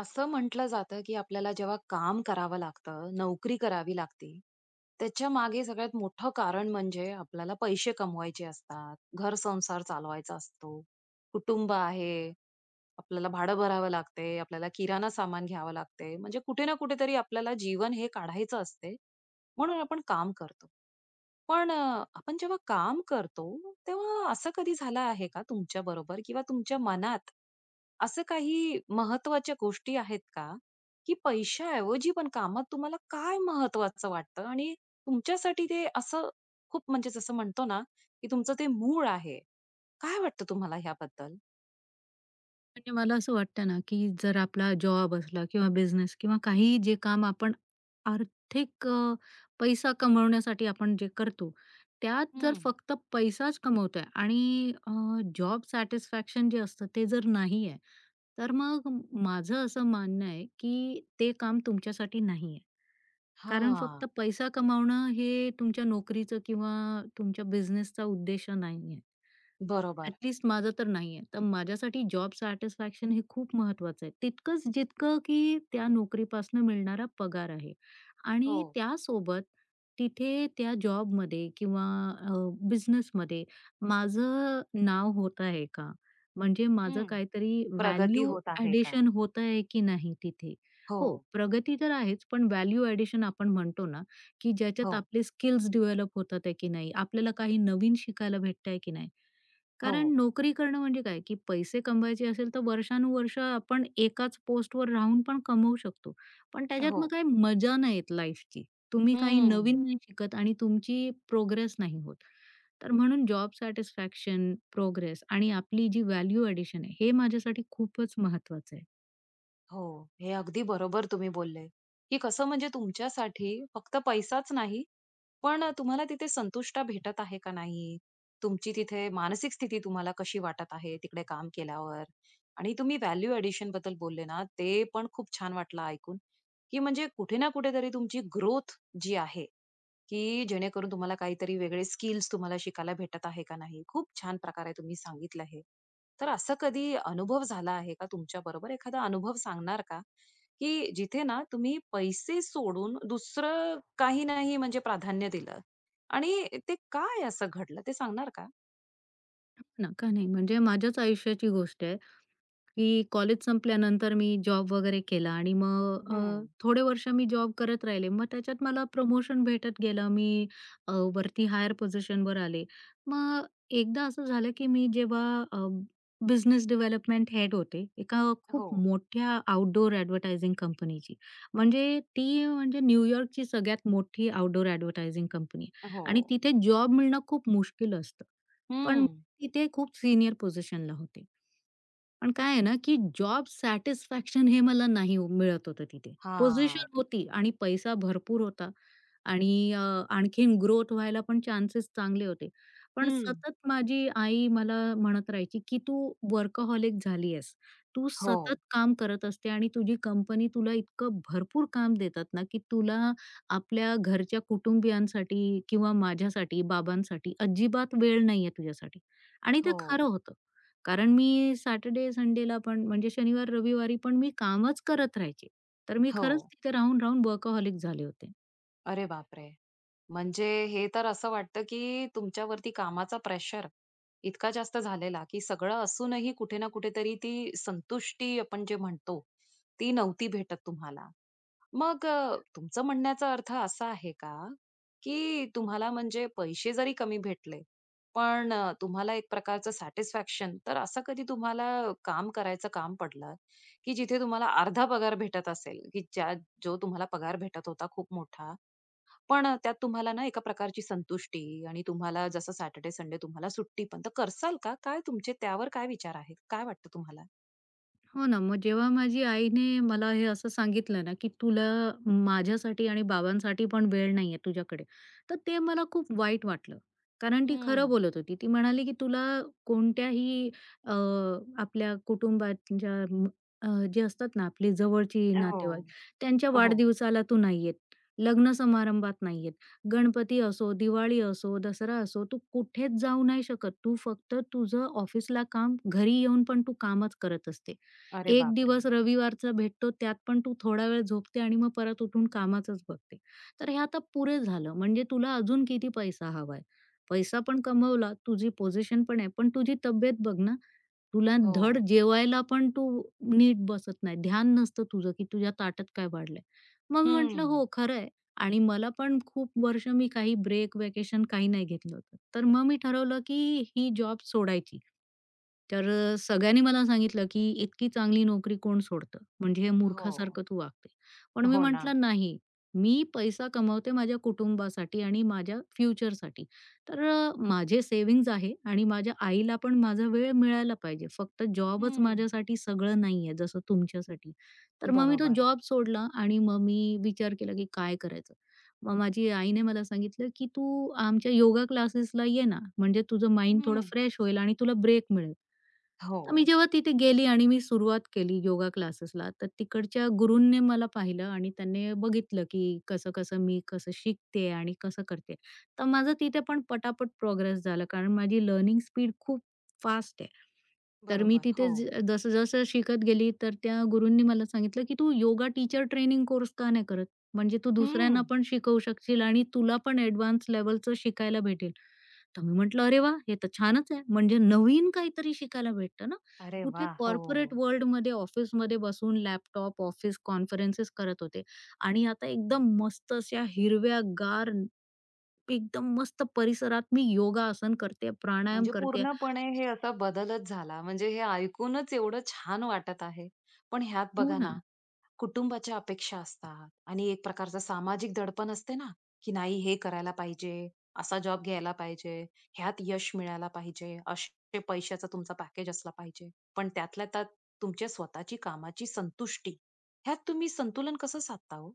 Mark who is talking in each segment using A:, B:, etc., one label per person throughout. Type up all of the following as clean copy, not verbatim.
A: असं म्हटलं जातं, की आपल्याला जेव्हा काम करावं लागतं, नोकरी करावी लागते, त्याच्या मागे सगळ्यात मोठं कारण म्हणजे आपल्याला पैसे कमवायचे असतात, घर संसार चालवायचा असतो, कुटुंब आहे, आपल्याला भाडं भरावं लागते, आपल्याला किराणा सामान घ्यावं लागते. म्हणजे कुठे ना कुठेतरी आपल्याला जीवन हे काढायचं असते, म्हणून आपण काम करतो. पण अ, आपण जेव्हा काम करतो, तेव्हा असं कधी झालं आहे का तुमच्याबरोबर किंवा तुमच्या मनात असं काही महत्त्वाच्या गोष्टी आहेत का, की पैशाऐवजी पण कामात तुम्हाला काय महत्त्वाचं वाटतं आणि तुमच्यासाठी ते असं खूप म्हणजे जसं म्हणतो ना, की तुमचं ते मूळ आहे. काय वाटतं तुम्हाला ह्याबद्दल?
B: म्हणजे मला असं वाटतं ना, की जर आपला जॉब असला किंवा बिझनेस किंवा काहीही जे काम आपण आर्थिक पैसा कमवण्यासाठी आपण जे करतो, त्यात जर फक्त पैसाच कमवतोय आणि जॉब सॅटिस्फॅक्शन जे असतं ते जर नाही आहे, तर मग माझं असं मानणं आहे, की ते काम तुमच्यासाठी नाही आहे. कारण
A: हां.
B: फक्त पैसा कमावणं हे तुमच्या नोकरीचं किंवा तुमच्या बिझनेसचा उद्देश नाही आहे.
A: बरोबर.
B: ॲटलीस्ट माझं तर नाहीये. तर माझ्यासाठी जॉब सॅटिस्फॅक्शन हे खूप महत्वाचं आहे. तितकंच जितकं की त्या नोकरीपासून मिळणारा पगार आहे.
A: हो.
B: आणि त्यासोबत तिथे त्या जॉबमध्ये किंवा अ, बिझनेसमध्ये माझं नाव होत आहे का? म्हणजे माझं
A: हं.
B: काहीतरी
A: प्रगती
B: व्हॅल्यू
A: होत आहे का?
B: ॲडिशन होत आहे की नाही तिथे? हो,
A: हो,
B: प्रगती तर आहेच, पण व्हॅल्यू ॲडिशन आपण म्हणतो ना, की ज्याच्यात
A: हो,
B: आपले स्किल्स डेव्हलप होतात आहे की नाही? आपल्याला काही नवीन शिकायला भेटतंय की नाही? कारण
A: हो,
B: नोकरी करणं म्हणजे काय, की पैसे कमवायचे असेल तर वर्षानुवर्ष आपण एकाच पोस्टवर राहून पण कमवू शकतो. पण त्याच्यात मग
A: हो.
B: काही मजा नाही येत लाईफची. तुम्ही काही
A: हं.
B: नवीन नाही शिकत आणि तुमची प्रोग्रेस नाही होत. तर म्हणून जॉब सॅटिस्फॅक्शन, प्रोग्रेस आणि आपली जी व्हॅल्यू एडिशन आहे, हे माझ्यासाठी खूपच महत्वाचं आहे.
A: हो, हे अगदी बरोबर तुम्ही बोलले, की कसं म्हणजे तुमच्यासाठी फक्त पैसाच नाही, पण तुम्हाला तिथे संतुष्ट भेटत आहे का नाही? तुमची तिथे मानसिक स्थिती तुम्हाला कशी वाटत आहे तिकडे काम केल्यावर? आणि तुम्ही व्हॅल्यू एडिशन बद्दल बोलले ना, ते पण खूप छान वाटलं ऐकून, की म्हणजे कुठे ना कुठेतरी तुमची ग्रोथ जी आहे की जेणेकरून तुम्हाला काहीतरी वेगळे स्किल्स तुम्हाला शिकायला भेटत आहे का नाही. खूप छान प्रकारे तुम्ही सांगितलं हे. तर असं कधी अनुभव झाला आहे का तुमच्याबरोबर? एखादा अनुभव सांगणार का? की जिथे ना तुम्ही पैसे सोडून दुसरं काही नाही म्हणजे प्राधान्य दिलं आणि ते काय असं घडलं ते सांगणार का?
B: हो, नाही म्हणजे माझ्याच आयुष्याची गोष्ट आहे. की कॉलेज संपल्यानंतर मी जॉब वगैरे केला आणि मग
A: हं.
B: थोडे वर्ष मी जॉब करत राहिले. मग त्याच्यात मला प्रमोशन भेटत गेलं. मी वरती हायर पोझिशनवर आले. मग एकदा असं झालं, की मी जेव्हा अ, बिझनेस डेव्हलपमेंट हेड होते, एका खूप
A: हो,
B: मोठ्या आउटडोअर ॲडव्हर्टायझिंग कंपनीची. म्हणजे ती म्हणजे न्यूयॉर्कची सगळ्यात मोठी आउटडोअर ॲडव्हर्टायझिंग कंपनी
A: हो.
B: आणि तिथे जॉब मिळणं खूप मुश्किल असतं. पण मी
A: हं.
B: तिथे खूप सीनियर पोझिशनला होते. पण काय आहे ना, की जॉब सॅटिस्फॅक्शन हे मला नाही मिळत होतं तिथे. पोझिशन
A: हां.
B: होती आणि पैसा भरपूर होता आणि आणखीन ग्रोथ व्हायला पण चान्सेस चांगले होते. पण
A: हं.
B: सतत माझी आई मला म्हणत राहायची, की "तू वर्कहॉलिक झाली आहेस. तू
A: हो,
B: सतत काम करत असते आणि तुझी कंपनी तुला इतकं भरपूर काम देतात ना, की तुला आपल्या घरच्या कुटुंबियांसाठी किंवा माझ्यासाठी, बाबांसाठी अजिबात वेळ नाहीये तुझ्यासाठी." आणि ते खरं
A: हो,
B: होतं. कारण मी सॅटर्डे, संडेला पण म्हणजे शनिवार, रविवारी पण मी कामच करत राहायचे. तर मी
A: हो.
B: खरंच तिथे राहून-राहून वर्कहॉलिक झाले होते.
A: अरे बापरे! म्हणजे हे तर असं वाटतं, की तुमच्यावरती कामाचा प्रेशर इतका जास्त झालेला, की सगळं असूनही कुठे ना कुठेतरी ती संतुष्टी आपण जे म्हणतो, ती नव्हती भेटत तुम्हाला. तुमचं म्हणण्याचा अर्थ असा आहे का, की तुम्हाला म्हणजे पैसे जरी कमी भेटले, तुम्हाला एक प्रकारचं सॅटिस्फॅक्शन तर असं कधी तुम्हाला काम करायचं काम पडलं, की जिथे तुम्हाला अर्धा पगार भेटत असेल, की ज्या जो तुम्हाला पगार भेटत होता खूप मोठा त्यात तुम्हाला ना एका प्रकारची संतुष्टी आणि तुम्हाला जसं सॅटर्डे, संडे तुम्हाला सुट्टी पण. तर करसाल का? काय तुमचे त्यावर काय विचार आहेत? काय वाटतं तुम्हाला?
B: हो ना, मग जेव्हा माझी आईने मला हे असं सांगितलं ना, की तुला माझ्यासाठी आणि बाबांसाठी पण वेळ नाहीये तुझ्याकडे, तर ते मला खूप वाईट वाटलं. कारण ती
A: हं.
B: खरं बोलत होती. ती म्हणाली, की तुला कोणत्याही अ, आपल्या कुटुंबाच्या जे असतात ना आपली जवळची
A: हो,
B: नातेवाईक, त्यांच्या
A: हो.
B: वाढदिवसाला तू नाही येत, लग्न समारंभात नाही येत, गणपती असो, दिवाळी असो, दसरा असो, तू कुठेच जाऊ नाही शकत. तू फक्त तुझं ऑफिसला काम, घरी येऊन पण तू कामच करत असते.
A: अरे
B: एक
A: बापरे!
B: दिवस रविवारचा भेटतो, त्यात पण तू थोडा वेळ झोपते आणि मग परत उठून कामाचंच बघते. तर हे आता पुरे झालं. म्हणजे तुला अजून किती पैसा हवाय? पैसा पण कमवला, तुझी पोझिशन पण आहे, पण तुझी तब्येत बघ ना. तुला धड
A: हो.
B: जेवायला पण तू नीट बसत नाही. ध्यान नसतं तुझं, की तुझ्या ताटात काय वाढलंय. मग मी म्हटलं,
A: हं.
B: "हो, खरं आणि मला पण खूप वर्ष मी काही ब्रेक, व्हॅकेशन काही नाही घेतलं होतं. तर मग मी ठरवलं, की ही जॉब सोडायची. तर सगळ्यांनी मला सांगितलं, की "इतकी चांगली नोकरी कोण सोडतं? म्हणजे हे
A: हो,
B: मूर्खासारखं तू वागते." पण मी
A: हो ना.
B: म्हटलं, "नाही, मी पैसा कमवते माझ्या कुटुंबासाठी आणि माझ्या फ्युचरसाठी. तर माझे सेव्हिंग्ज आहे आणि माझ्या आईला पण माझा वेळ मिळायला पाहिजे. फक्त जॉबच
A: हं.
B: माझ्यासाठी सगळं नाहीये, जसं तुमच्यासाठी." तर मग मी तो
A: बरोबर.
B: जॉब सोडला आणि मग मी विचार केला, की काय करायचं? मग माझी आईने मला सांगितलं, की "तू आमच्या योगा क्लासेसला ये ना, म्हणजे तुझं माइंड थोडं
A: हं.
B: फ्रेश होईल आणि तुला ब्रेक मिळेल." तर मी
A: हो,
B: जेव्हा तिथे गेली आणि मी सुरुवात केली योगा क्लासेसला, तर तिकडच्या गुरूंनी मला पाहिलं आणि त्यांनी बघितलं, की कसं-कसं मी कसं शिकते आणि कसं करते. तर माझं तिथे पण पटापट प्रोग्रेस झाला, कारण माझी लर्निंग स्पीड खूप फास्ट आहे. तर मी
A: बरोबर. हो.
B: तिथे जसं-जसं शिकत गेली, तर त्या गुरूंनी मला सांगितलं, की "तू योगा टीचर ट्रेनिंग कोर्स का नाही करत?" म्हणजे तू दुसऱ्यांना
A: हं.
B: पण शिकवू शकशील आणि तुला पण एडवान्स लेव्हलचं शिकायला भेटेल. तर मी म्हटलं, "अरे वाह! हे तर छानच आहे." म्हणजे नवीन काहीतरी शिकायला भेटतं ना.
A: अरे
B: कुठे
A: वाह! हो.
B: कॉर्पोरेट वर्ल्डमध्ये ऑफिसमध्ये बसून लॅपटॉप, ऑफिस कॉन्फरन्सेस करत होते आणि आता एकदम मस्त अशा हिरव्यागार, एकदम मस्त परिसरात मी योगासन करते, प्राणायाम
A: म्हणजे
B: करते.
A: पूर्णपणे हे असा बदलच झाला. म्हणजे हे ऐकूनच एवढं छान वाटत आहे. पण ह्यात
B: हो
A: बघा
B: ना.
A: ना कुटुंबाच्या अपेक्षा असतात आणि एक प्रकारचा सामाजिक दडपण असते ना, की नाही हे करायला पाहिजे, असा जॉब घ्यायला पाहिजे, ह्यात यश मिळायला पाहिजे, असे पैशाचा तुमचा पॅकेज असला पाहिजे. पण त्यातल्या त्यात तुमच्या स्वतःची कामाची संतुष्टी, ह्यात तुम्ही संतुलन कसं साधता हो?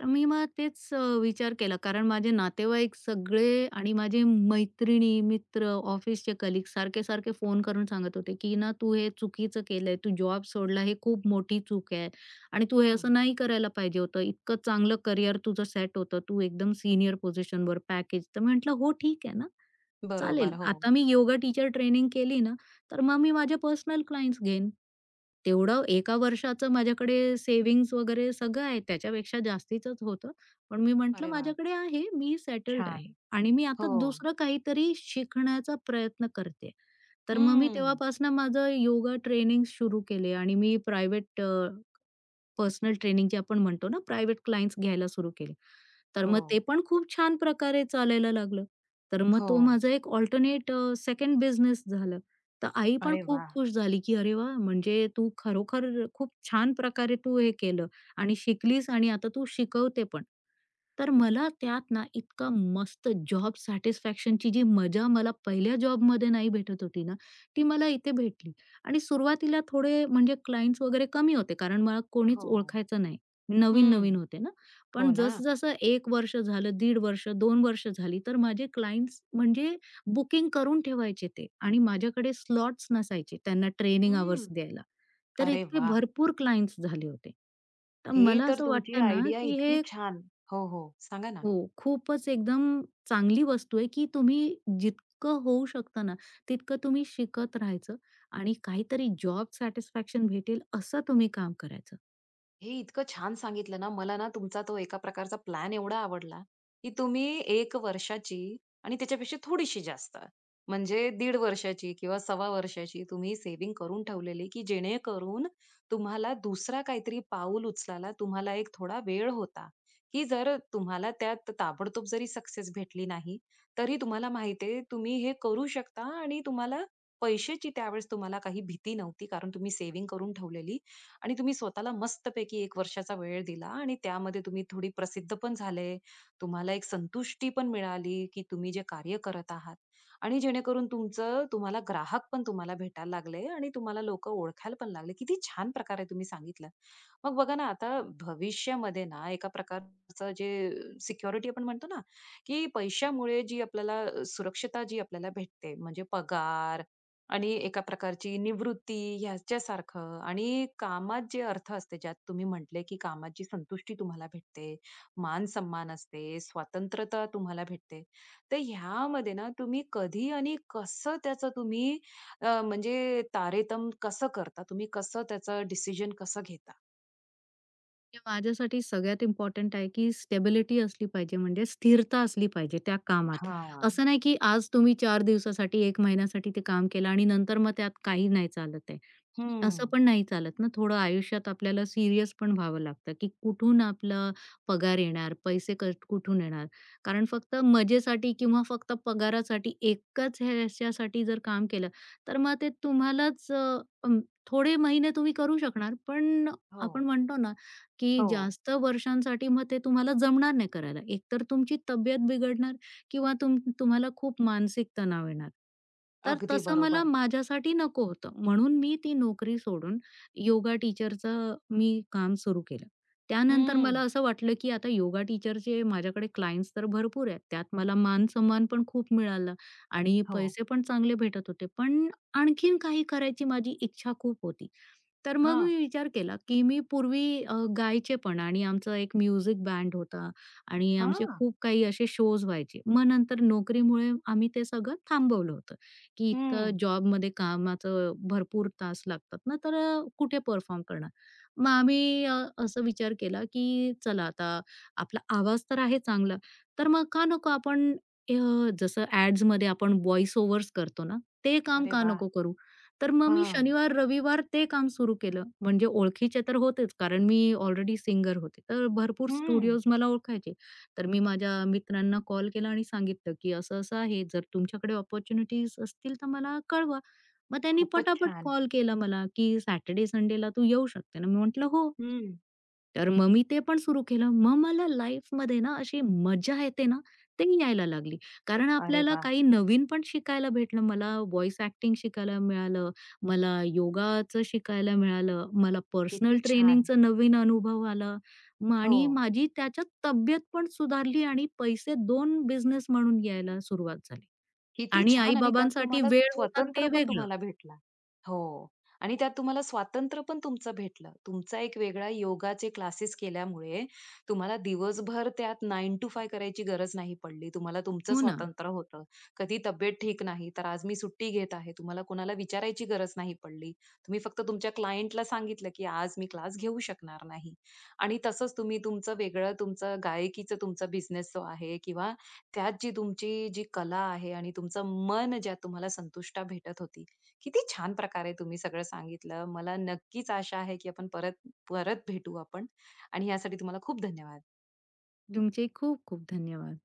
B: तर मी मग तेच विचार केला कारण माझे नातेवाईक सगळे आणि माझे मैत्रिणी, मित्र, ऑफिसचे कलीग सारखे-सारखे फोन करून सांगत होते, की ना तू हे चुकीचं केलंय. तू जॉब सोडला हे खूप मोठी चूक आहे आणि तू हे
A: हं.
B: असं नाही करायला पाहिजे होतं. इतकं चांगलं करियर तुझं सेट होतं. तू एकदम सीनियर पोझिशनवर पॅकेज. तर म्हटलं हो ठीक आहे ना. चालेल.
A: बरोबर. हो.
B: आता मी योगा टीचर ट्रेनिंग केली ना, तर मग मी माझे पर्सनल क्लायंट्स घेईन. तेवढं एका वर्षाचं माझ्याकडे सेव्हिंग्ज वगैरे सगळं आहे. त्याच्यापेक्षा जास्तीचंच होतं. पण मी म्हटलं,
A: अरे वाह!
B: "माझ्याकडे आहे, मी सेटल्ड
A: छान.
B: आहे आणि मी आता
A: हो.
B: दुसरं काहीतरी शिकण्याचा प्रयत्न करते." तर मग मी
A: हं.
B: तेव्हापासून माझं योगा ट्रेनिंग सुरू केले आणि मी प्रायव्हेट पर्सनल ट्रेनिंग जे आपण म्हणतो ना, प्रायव्हेट क्लायंट्स घ्यायला सुरू केले. तर
A: हो,
B: मग ते पण खूप छान प्रकारे चालायला लागलं. तर मग
A: हो.
B: तो माझा एक अल्टरनेट सेकंड बिझनेस झाला. तर आई पण
A: अरे
B: खूप
A: वाह!
B: खुश झाली, की "अरे वाह! म्हणजे तू खरोखर खूप छान प्रकारे तू हे केलं आणि शिकलीस आणि आता तू शिकवते पण." तर मला त्यात ना इतका मस्त जॉब सॅटिस्फॅक्शनची जी मजा मला पहिल्या जॉबमध्ये नाही भेटत होती ना, ती मला इथे भेटली. आणि सुरुवातीला थोडे म्हणजे क्लायंट्स वगैरे कमी होते, कारण मला कोणीच
A: हो.
B: ओळखायचं नाही. नवीन-नवीन
A: हं.
B: होते ना.
A: हो
B: पण
A: ना.
B: जसं-जसं वर्ष झालं, दीड वर्ष, 2 वर्ष झाली, तर माझे क्लायंट्स म्हणजे बुकिंग करून ठेवायचे ते आणि माझ्याकडे स्लॉट्स नसायचे त्यांना ट्रेनिंग
A: हं.
B: अवर्स द्यायला. तर
A: अरे
B: इतके
A: वाह!
B: भरपूर क्लायंट्स झाले होते. तर
A: हे
B: मला
A: तर
B: असं
A: तुमची
B: वाटतं ना,
A: आयडिया
B: की
A: इतकी
B: हे
A: छान. हो, हो. सांगा ना.
B: हो, खूपच एकदम चांगली वस्तू आहे, की तुम्ही जितकं होऊ शकतं ना, तितकं तुम्ही शिकत राहायचं आणि काहीतरी जॉब सॅटिस्फॅक्शन भेटेल असं तुम्ही काम करायचं.
A: हे इतकं छान सांगितलं ना, मला ना तुमचा तो एका प्रकारचा प्लॅन एवढा आवडला, की तुम्ही 1 वर्षाची आणि त्याच्यापेक्षा थोडीशी जास्त म्हणजे दीड वर्षाची किंवा सव्वा वर्षाची तुम्ही सेव्हिंग करून ठेवलेली, की जेणेकरून तुम्हाला दुसरा काहीतरी पाऊल उचलायला तुम्हाला एक थोडा वेळ होता, की जर तुम्हाला त्यात ताबडतोब जरी सक्सेस भेटली नाही, तरी तुम्हाला माहिती तुम्ही हे करू शकता आणि तुम्हाला पैशाची त्यावेळेस तुम्हाला काही भीती नव्हती कारण तुम्ही सेव्हिंग करून ठेवलेली. आणि तुम्ही स्वतःला मस्तपैकी 1 वर्षाचा वेळ दिला आणि त्यामध्ये तुम्ही थोडी प्रसिद्ध पण झाले. तुम्हाला एक संतुष्टी पण मिळाली, की तुम्ही जे कार्य करत आहात आणि जेणेकरून तुमचं तुम्हाला ग्राहक पण तुम्हाला भेटायला लागले आणि तुम्हाला लोकं ओळखायला पण लागले. किती छान प्रकारे तुम्ही सांगितलं. मग बघा ना, आता भविष्यामध्ये ना एका प्रकारचं जे सिक्युरिटी आपण म्हणतो ना, की पैशामुळे जी आपल्याला सुरक्षता जी आपल्याला भेटते म्हणजे पगार आणि एका प्रकारची निवृत्ती ह्याच्यासारखं आणि कामात जे अर्थ असते, ज्यात तुम्ही म्हटले, की कामाची संतुष्टी तुम्हाला भेटते, मान-सन्मान असते, स्वतंत्रता तुम्हाला भेटते. तर ह्यामध्ये ना तुम्ही कधी आणि कसं त्याचं तुम्ही म्हणजे तारतम्य कसं करता? तुम्ही कसं त्याचं डिसिजन कसं घेता?
B: हे माझ्यासाठी सगळ्यात इम्पोर्टंट आहे, की स्टेबिलिटी असली पाहिजे म्हणजे स्थिरता असली पाहिजे त्या कामात.
A: हां.
B: असं नाही, की आज तुम्ही 4 दिवसासाठी, 1 महिन्यासाठी ते काम केलं आणि नंतर मग त्यात काही नाही चालत आहे. असं
A: हं.
B: पण नाही चालत ना, थोडं आयुष्यात आपल्याला सीरियस पण व्हावं लागतं, की कुठून आपला पगार येणार, पैसे कुठून येणार? कारण फक्त मजेसाठी किंवा फक्त पगारासाठी एकाच ह्याच्यासाठी जर काम केलं, तर मग ते तुम्हालाच अं, थोडे महिने तुम्ही करू शकणार, पण
A: हो.
B: आपण म्हणतो ना, की
A: हो.
B: जास्त वर्षांसाठी मग ते तुम्हाला जमणार नाही करायला. एकतर तुमची तब्येत बिघडणार किंवा तुम्हाला खूप मानसिक तणाव येणार. तर
A: अगदी
B: तसं मला
A: बरोबर.
B: माझ्यासाठी नको होतं. म्हणून मी ती नोकरी सोडून योगा टीचरचं मी काम सुरू केलं. त्यानंतर
A: हं.
B: मला असं वाटलं, की आता योगा टीचरचे माझ्याकडे क्लायंट्स तर भरपूर आहेत. त्यात मला मान-सन्मान पण खूप मिळाला आणि
A: हो.
B: पैसे पण चांगले भेटत होते. पण आणखीन काही करायची माझी इच्छा खूप होती. तर मग
A: हां.
B: मी विचार केला, की मी पूर्वी गायचे पण आणि आमचं एक म्युझिक बँड होता आणि आमचे
A: हां.
B: खूप काही असे शोज व्हायचे. मग नंतर नोकरीमुळे आम्ही ते सगळं थांबवलं होतं, की इतकं
A: हं.
B: जॉबमध्ये कामाचं भरपूर तास लागतात ना, तर कुठे परफॉर्म करणार? मग आम्ही असा विचार केला, की चला आता आपला आवाज तर आहे चांगला, तर मग का नको आपण अ, जसं ॲड्समध्ये आपण व्हॉईस ओव्हर्स करतो ना, ते काम
A: अरे
B: का
A: वाह!
B: नको करू? तर मग मी
A: हां.
B: शनिवार, रविवार ते काम सुरू केलं. म्हणजे ओळखीचे तर होतेच, कारण मी ऑलरेडी सिंगर होते. तर भरपूर
A: हं.
B: स्टुडिओज मला ओळखायचे. तर मी माझ्या मित्रांना कॉल केला आणि सांगितलं, की असं-असं आहे, जर तुमच्याकडे अपॉर्च्युनिटीज असतील तर मला कळवा. मग त्यांनी
A: खूपच
B: पटापट
A: छान.
B: कॉल केला मला, की "सॅटर्डे, संडेला तू येऊ शकते ना?" मी म्हटलं, "हो."
A: हं.
B: तर मग मी ते पण सुरू केलं. मग मला लाईफमध्ये ना अशी मजा येते ना, ते यायला लागली. कारण
A: अरे
B: आपल्याला
A: वाह!
B: काही नवीन पण शिकायला भेटलं. मला व्हॉईस ॲक्टिंग शिकायला मिळालं, मला योगाचं शिकायला मिळालं, मला पर्सनल
A: किती छान.
B: ट्रेनिंगचा नवीन अनुभव आला. मग
A: हो.
B: आणि माझी त्याच्यात तब्येत पण सुधारली आणि पैसे 2 बिझनेस म्हणून यायला सुरुवात झाली
A: किती
B: आणि
A: छान आणि त्यात
B: आई-बाबांसाठी
A: तुम्हाला
B: वेळ होता
A: स्वतंत्र
B: ते
A: पण
B: वेगळं.
A: तुम्हाला भेटला. हो. आणि त्यात तुम्हाला स्वातंत्र्य पण तुमचं भेटलं. तुमचा एक वेगळा योगाचे क्लासेस केल्यामुळे तुम्हाला दिवसभर त्यात 9 to 5 करायची गरज नाही पडली. तुम्हाला तुमचं
B: हो ना.
A: स्वातंत्र्य होतं. कधी तब्येत ठीक नाही, तर आज मी सुट्टी घेत आहे. तुम्हाला कोणाला विचारायची गरज नाही पडली. तुम्ही फक्त तुमच्या क्लायंटला सांगितलं, की आज मी क्लास घेऊ शकणार नाही. आणि तसंच तुम्ही तुमचं वेगळं तुमचं गायकीचं तुमचा बिझनेस जो आहे किंवा त्यात जी तुमची जी कला आहे आणि तुमचं मन ज्यात तुम्हाला संतुष्टा भेटत होती. किती छान प्रकारे तुम्ही सगळं सांगितलं. मला नक्कीच आशा आहे, की आपण परत परत भेटू आपण आणि यासाठी तुम्हाला खूप धन्यवाद.
B: तुमचे खूप खूप धन्यवाद.